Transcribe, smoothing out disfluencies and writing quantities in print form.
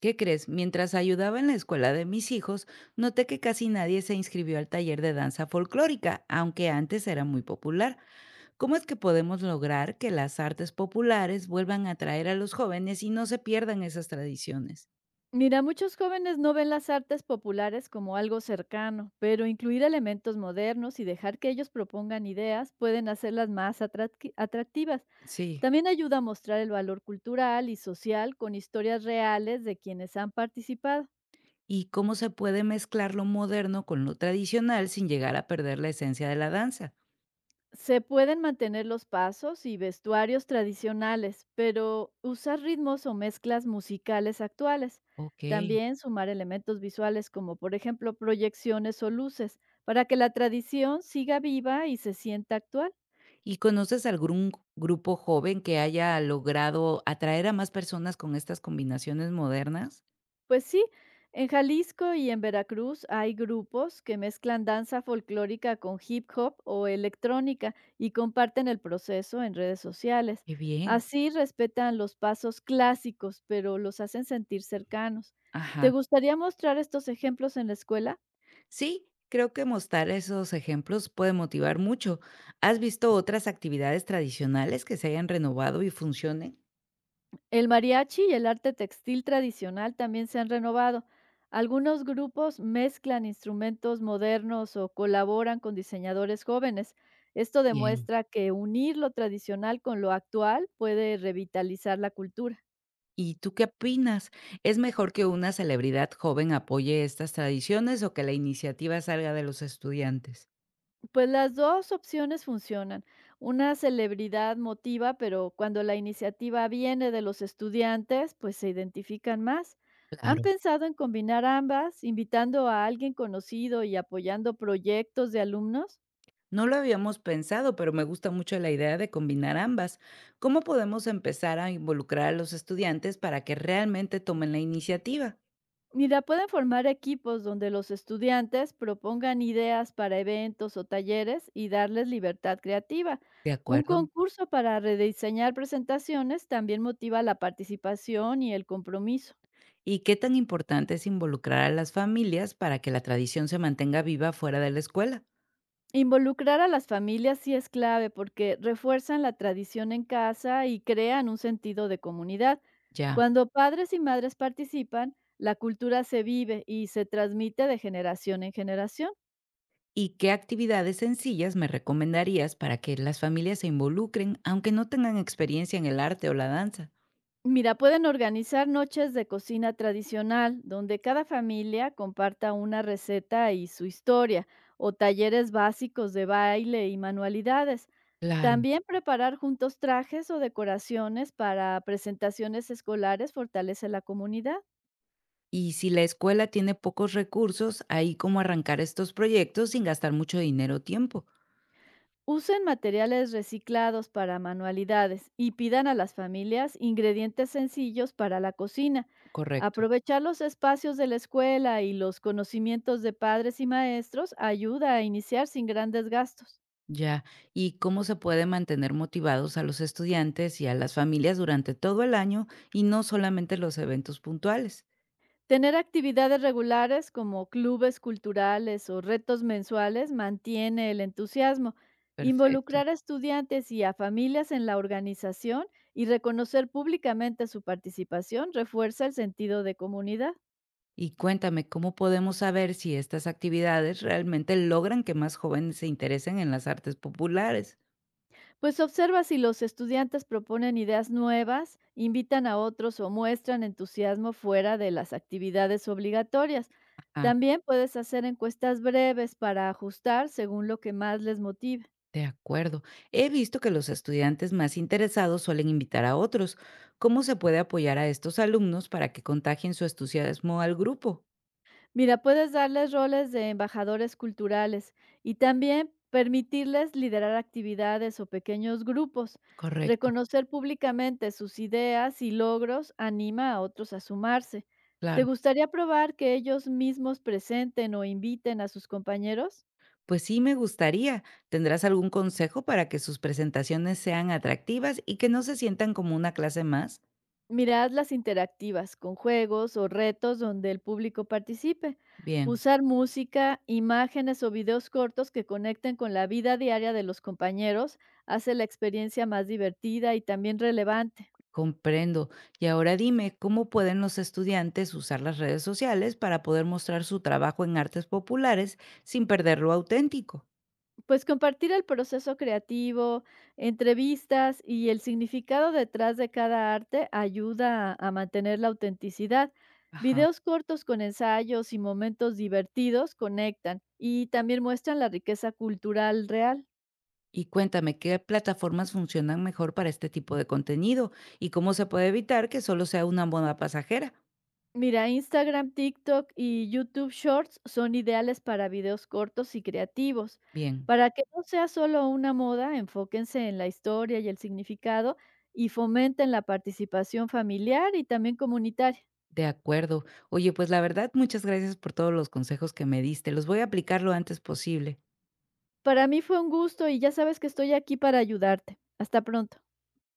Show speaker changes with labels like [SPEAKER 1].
[SPEAKER 1] ¿Qué crees? Mientras ayudaba en la escuela de mis hijos, noté que casi nadie se inscribió al taller de danza folclórica, aunque antes era muy popular. ¿Cómo es que podemos lograr que las artes populares vuelvan a atraer a los jóvenes y no se pierdan esas tradiciones?
[SPEAKER 2] Mira, muchos jóvenes no ven las artes populares como algo cercano, pero incluir elementos modernos y dejar que ellos propongan ideas pueden hacerlas más atractivas.
[SPEAKER 1] Sí.
[SPEAKER 2] También ayuda a mostrar el valor cultural y social con historias reales de quienes han participado.
[SPEAKER 1] ¿Y cómo se puede mezclar lo moderno con lo tradicional sin llegar a perder la esencia de la danza?
[SPEAKER 2] Se pueden mantener los pasos y vestuarios tradicionales, pero usar ritmos o mezclas musicales actuales.
[SPEAKER 1] Ok.
[SPEAKER 2] También sumar elementos visuales como por ejemplo proyecciones o luces para que la tradición siga viva y se sienta actual.
[SPEAKER 1] ¿Y conoces algún grupo joven que haya logrado atraer a más personas con estas combinaciones modernas?
[SPEAKER 2] Pues sí, en Jalisco y en Veracruz hay grupos que mezclan danza folclórica con hip hop o electrónica y comparten el proceso en redes sociales.
[SPEAKER 1] Qué bien.
[SPEAKER 2] Así respetan los pasos clásicos, pero los hacen sentir cercanos. ¿Te
[SPEAKER 1] Ajá.
[SPEAKER 2] gustaría mostrar estos ejemplos en la escuela?
[SPEAKER 1] Sí, creo que mostrar esos ejemplos puede motivar mucho. ¿Has visto otras actividades tradicionales que se hayan renovado y funcionen?
[SPEAKER 2] El mariachi y el arte textil tradicional también se han renovado. Algunos grupos mezclan instrumentos modernos o colaboran con diseñadores jóvenes. Esto
[SPEAKER 1] Bien.
[SPEAKER 2] demuestra que unir lo tradicional con lo actual puede revitalizar la cultura.
[SPEAKER 1] ¿Y tú qué opinas? ¿Es mejor que una celebridad joven apoye estas tradiciones o que la iniciativa salga de los estudiantes?
[SPEAKER 2] Pues las dos opciones funcionan. Una celebridad motiva, pero cuando la iniciativa viene de los estudiantes, pues se identifican más. ¿Han
[SPEAKER 1] Claro.
[SPEAKER 2] pensado en combinar ambas, invitando a alguien conocido y apoyando proyectos de alumnos?
[SPEAKER 1] No lo habíamos pensado, pero me gusta mucho la idea de combinar ambas. ¿Cómo podemos empezar a involucrar a los estudiantes para que realmente tomen la iniciativa?
[SPEAKER 2] Mira, pueden formar equipos donde los estudiantes propongan ideas para eventos o talleres y darles libertad creativa.
[SPEAKER 1] De
[SPEAKER 2] Un
[SPEAKER 1] acuerdo.
[SPEAKER 2] concurso para rediseñar presentaciones también motiva la participación y el compromiso.
[SPEAKER 1] ¿Y qué tan importante es involucrar a las familias para que la tradición se mantenga viva fuera de la escuela?
[SPEAKER 2] Involucrar a las familias sí es clave porque refuerzan la tradición en casa y crean un sentido de comunidad.
[SPEAKER 1] Ya.
[SPEAKER 2] Cuando padres y madres participan, la cultura se vive y se transmite de generación en generación.
[SPEAKER 1] ¿Y qué actividades sencillas me recomendarías para que las familias se involucren, aunque no tengan experiencia en el arte o la danza?
[SPEAKER 2] Mira, pueden organizar noches de cocina tradicional donde cada familia comparta una receta y su historia, o talleres básicos de baile y manualidades.
[SPEAKER 1] Claro.
[SPEAKER 2] También preparar juntos trajes o decoraciones para presentaciones escolares fortalece la comunidad.
[SPEAKER 1] Y si la escuela tiene pocos recursos, ahí cómo arrancar estos proyectos sin gastar mucho dinero o tiempo.
[SPEAKER 2] Usen materiales reciclados para manualidades y pidan a las familias ingredientes sencillos para la cocina.
[SPEAKER 1] Correcto.
[SPEAKER 2] Aprovechar los espacios de la escuela y los conocimientos de padres y maestros ayuda a iniciar sin grandes gastos.
[SPEAKER 1] Ya, ¿y cómo se puede mantener motivados a los estudiantes y a las familias durante todo el año y no solamente los eventos puntuales?
[SPEAKER 2] Tener actividades regulares como clubes culturales o retos mensuales mantiene el entusiasmo.
[SPEAKER 1] Perfecto.
[SPEAKER 2] Involucrar a estudiantes y a familias en la organización y reconocer públicamente su participación refuerza el sentido de comunidad.
[SPEAKER 1] Y cuéntame, ¿cómo podemos saber si estas actividades realmente logran que más jóvenes se interesen en las artes populares?
[SPEAKER 2] Pues observa si los estudiantes proponen ideas nuevas, invitan a otros o muestran entusiasmo fuera de las actividades obligatorias.
[SPEAKER 1] Ah,
[SPEAKER 2] También puedes hacer encuestas breves para ajustar según lo que más les motive.
[SPEAKER 1] de acuerdo. He visto que los estudiantes más interesados suelen invitar a otros. ¿Cómo se puede apoyar a estos alumnos para que contagien su entusiasmo al grupo?
[SPEAKER 2] Mira, puedes darles roles de embajadores culturales y también permitirles liderar actividades o pequeños grupos.
[SPEAKER 1] Correcto,
[SPEAKER 2] Reconocer públicamente sus ideas y logros anima a otros a sumarse. ¿Te
[SPEAKER 1] claro.
[SPEAKER 2] gustaría probar que ellos mismos presenten o inviten a sus compañeros?
[SPEAKER 1] Pues sí, me gustaría. ¿Tendrás algún consejo para que sus presentaciones sean atractivas y que no se sientan como una clase más?
[SPEAKER 2] Mirad las interactivas con juegos o retos donde el público participe.
[SPEAKER 1] Bien.
[SPEAKER 2] Usar música, imágenes o videos cortos que conecten con la vida diaria de los compañeros hace la experiencia más divertida y también relevante.
[SPEAKER 1] Comprendo. Y ahora dime, ¿cómo pueden los estudiantes usar las redes sociales para poder mostrar su trabajo en artes populares sin perder lo auténtico?
[SPEAKER 2] Pues compartir el proceso creativo, entrevistas y el significado detrás de cada arte ayuda a mantener la autenticidad.
[SPEAKER 1] Ajá.
[SPEAKER 2] Videos cortos con ensayos y momentos divertidos conectan y también muestran la riqueza cultural real.
[SPEAKER 1] Y cuéntame, ¿qué plataformas funcionan mejor para este tipo de contenido y cómo se puede evitar que solo sea una moda pasajera?
[SPEAKER 2] Mira, Instagram, TikTok y YouTube Shorts son ideales para videos cortos y creativos.
[SPEAKER 1] Bien,
[SPEAKER 2] Para que no sea solo una moda, enfóquense en la historia y el significado y fomenten la participación familiar y también comunitaria.
[SPEAKER 1] de acuerdo. Oye, pues la verdad, muchas gracias por todos los consejos que me diste. Los voy a aplicar lo antes posible.
[SPEAKER 2] Para mí fue un gusto y ya sabes que estoy aquí para ayudarte. Hasta pronto.